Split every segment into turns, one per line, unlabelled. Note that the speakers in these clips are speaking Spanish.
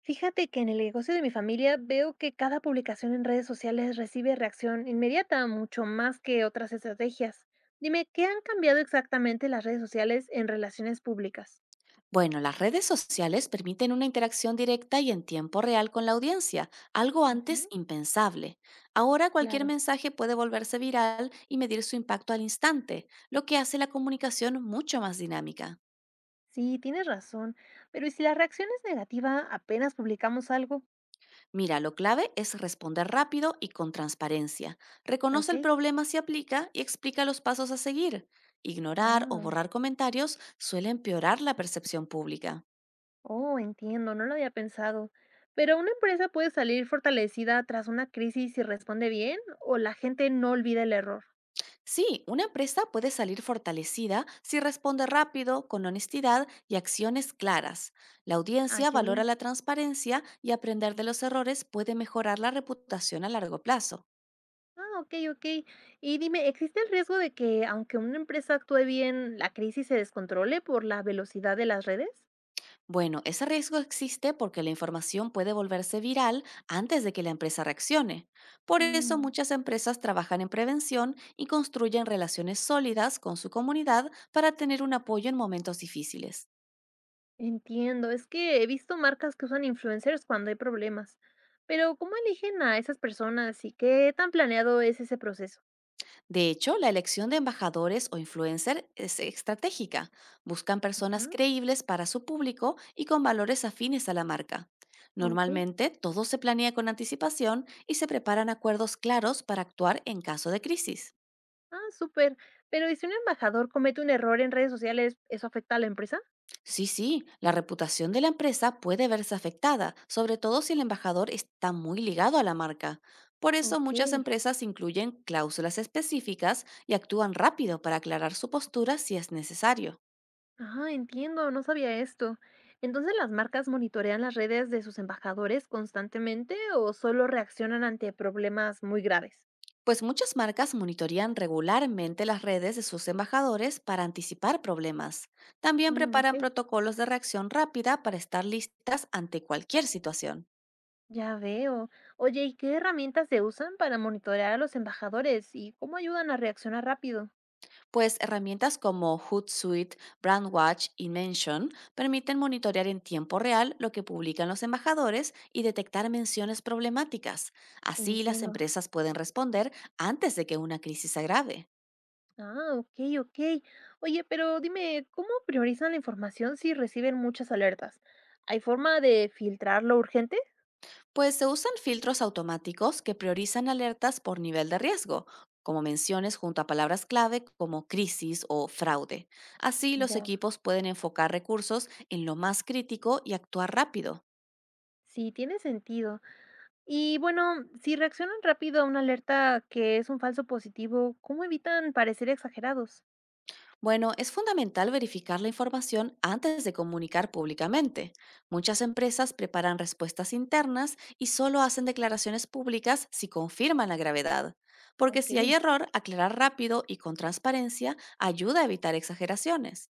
Fíjate que en el negocio de mi familia veo que cada publicación en redes sociales recibe reacción inmediata, mucho más que otras estrategias. Dime, ¿qué han cambiado exactamente las redes sociales en relaciones públicas?
Bueno, las redes sociales permiten una interacción directa y en tiempo real con la audiencia, algo antes
Ujú,
impensable. Ahora cualquier
claro.
mensaje puede volverse viral y medir su impacto al instante, lo que hace la comunicación mucho más dinámica.
Sí, tienes razón, pero ¿y si la reacción es negativa apenas publicamos algo?
Mira, lo clave es responder rápido y con transparencia. Reconoce el
Ok,
problema si aplica y explica los pasos a seguir. Ignorar o
ya.
borrar comentarios suele empeorar la percepción pública.
Oh, entiendo, no lo había pensado. Pero una empresa puede salir fortalecida tras una crisis si responde bien o la gente no olvida el error.
Sí, una empresa puede salir fortalecida si responde rápido, con honestidad y acciones claras. La
Ah,
audiencia
qué
valora
bien.
la transparencia y aprender de los errores puede mejorar la reputación a largo plazo.
Ah, okey, okey. Y dime, ¿existe el riesgo de que, aunque una empresa actúe bien, la crisis se descontrole por la velocidad de las redes?
Bueno, ese riesgo existe porque la información puede volverse viral antes de que la empresa reaccione. Por eso
Mm.
muchas empresas trabajan en prevención y construyen relaciones sólidas con su comunidad para tener un apoyo en momentos difíciles.
Entiendo, es que he visto marcas que usan influencers cuando hay problemas, pero ¿cómo eligen a esas personas y qué tan planeado es ese proceso?
De hecho, la elección de embajadores o influencer es estratégica. Buscan personas
Ujú.
creíbles para su público y con valores afines a la marca.
Okey.
Normalmente, todo se planea con anticipación y se preparan acuerdos claros para actuar en caso de crisis.
Ah, súper. Pero, ¿y si un embajador comete un error en redes sociales, eso afecta a la empresa?
Sí, sí, la reputación de la empresa puede verse afectada, sobre todo si el embajador está muy ligado a la marca. Por eso muchas
Okey.
empresas incluyen cláusulas específicas y actúan rápido para aclarar su postura si es necesario.
Ah, entiendo, no sabía esto. Entonces, ¿las marcas monitorean las redes de sus embajadores constantemente o solo reaccionan ante problemas muy graves?
Pues muchas marcas monitorean regularmente las redes de sus embajadores para anticipar problemas. También
Mm,
preparan
ok.
protocolos de reacción rápida para estar listas ante cualquier situación.
Ya veo. Oye, ¿y qué herramientas se usan para monitorear a los embajadores y cómo ayudan a reaccionar rápido?
Pues herramientas como Hootsuite, Brandwatch y Mention permiten monitorear en tiempo real lo que publican los embajadores y detectar menciones problemáticas. Así las
Entiendo.
empresas pueden responder antes de que una crisis se agrave.
Ah, ok, ok. Oye, pero dime, ¿cómo priorizan la información si reciben muchas alertas? ¿Hay forma de filtrar lo urgente?
Pues se usan filtros automáticos que priorizan alertas por nivel de riesgo, como menciones junto a palabras clave como crisis o fraude. Así los
Ya.
equipos pueden enfocar recursos en lo más crítico y actuar rápido.
Sí, tiene sentido. Y bueno, si reaccionan rápido a una alerta que es un falso positivo, ¿cómo evitan parecer exagerados?
Bueno, es fundamental verificar la información antes de comunicar públicamente. Muchas empresas preparan respuestas internas y solo hacen declaraciones públicas si confirman la gravedad. Porque
Ok.
si hay error, aclarar rápido y con transparencia ayuda a evitar exageraciones.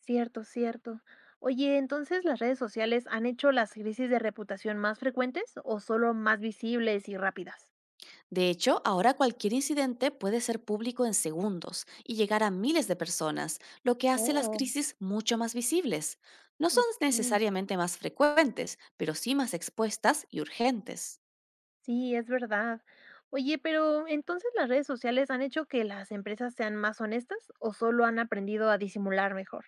Cierto, cierto. Oye, entonces, ¿las redes sociales han hecho las crisis de reputación más frecuentes o solo más visibles y rápidas?
De hecho, ahora cualquier incidente puede ser público en segundos y llegar a miles de personas, lo que hace las
Oh,
crisis mucho más visibles. No son
ok.
necesariamente más frecuentes, pero sí más expuestas y urgentes.
Sí, es verdad. Oye, pero entonces, ¿las redes sociales han hecho que las empresas sean más honestas o solo han aprendido a disimular mejor?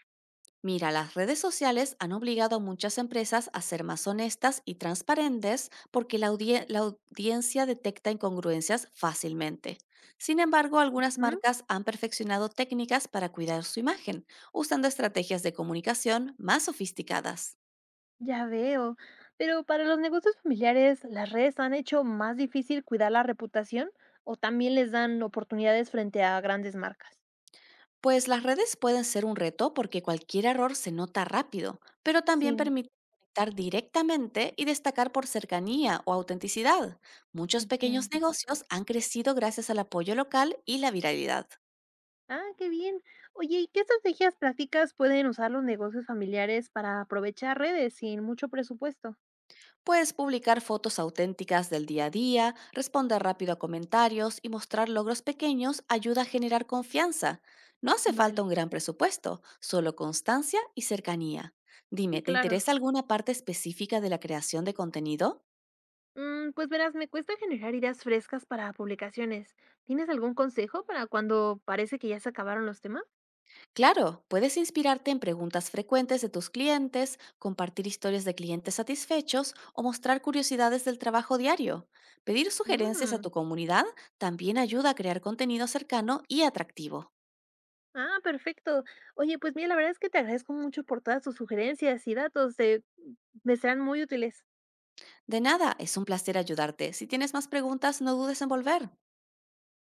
Mira, las redes sociales han obligado a muchas empresas a ser más honestas y transparentes porque la audiencia detecta incongruencias fácilmente. Sin embargo, algunas
Ujú.
marcas han perfeccionado técnicas para cuidar su imagen, usando estrategias de comunicación más sofisticadas.
Ya veo. Pero para los negocios familiares, ¿las redes han hecho más difícil cuidar la reputación o también les dan oportunidades frente a grandes marcas?
Pues las redes pueden ser un reto porque cualquier error se nota rápido, pero también
Sí.
permite conectar directamente y destacar por cercanía o autenticidad. Muchos pequeños
Ujú.
negocios han crecido gracias al apoyo local y la viralidad.
Ah, qué bien. Oye, ¿y qué estrategias prácticas pueden usar los negocios familiares para aprovechar redes sin mucho presupuesto?
Puedes publicar fotos auténticas del día a día, responder rápido a comentarios y mostrar logros pequeños ayuda a generar confianza. No hace falta un
Vale.
gran presupuesto, solo constancia y cercanía. Dime,
Sí,
¿te
claro.
interesa alguna parte específica de la creación de contenido?
Mm, pues verás, me cuesta generar ideas frescas para publicaciones. ¿Tienes algún consejo para cuando parece que ya se acabaron los temas?
Claro, puedes inspirarte en preguntas frecuentes de tus clientes, compartir historias de clientes satisfechos o mostrar curiosidades del trabajo diario. Pedir sugerencias a
Mm.
tu comunidad también ayuda a crear contenido cercano y atractivo.
Ah, perfecto. Oye, pues mira, la verdad es que te agradezco mucho por todas tus sugerencias y datos, me serán muy útiles.
De nada, es un placer ayudarte. Si tienes más preguntas, no dudes en volver.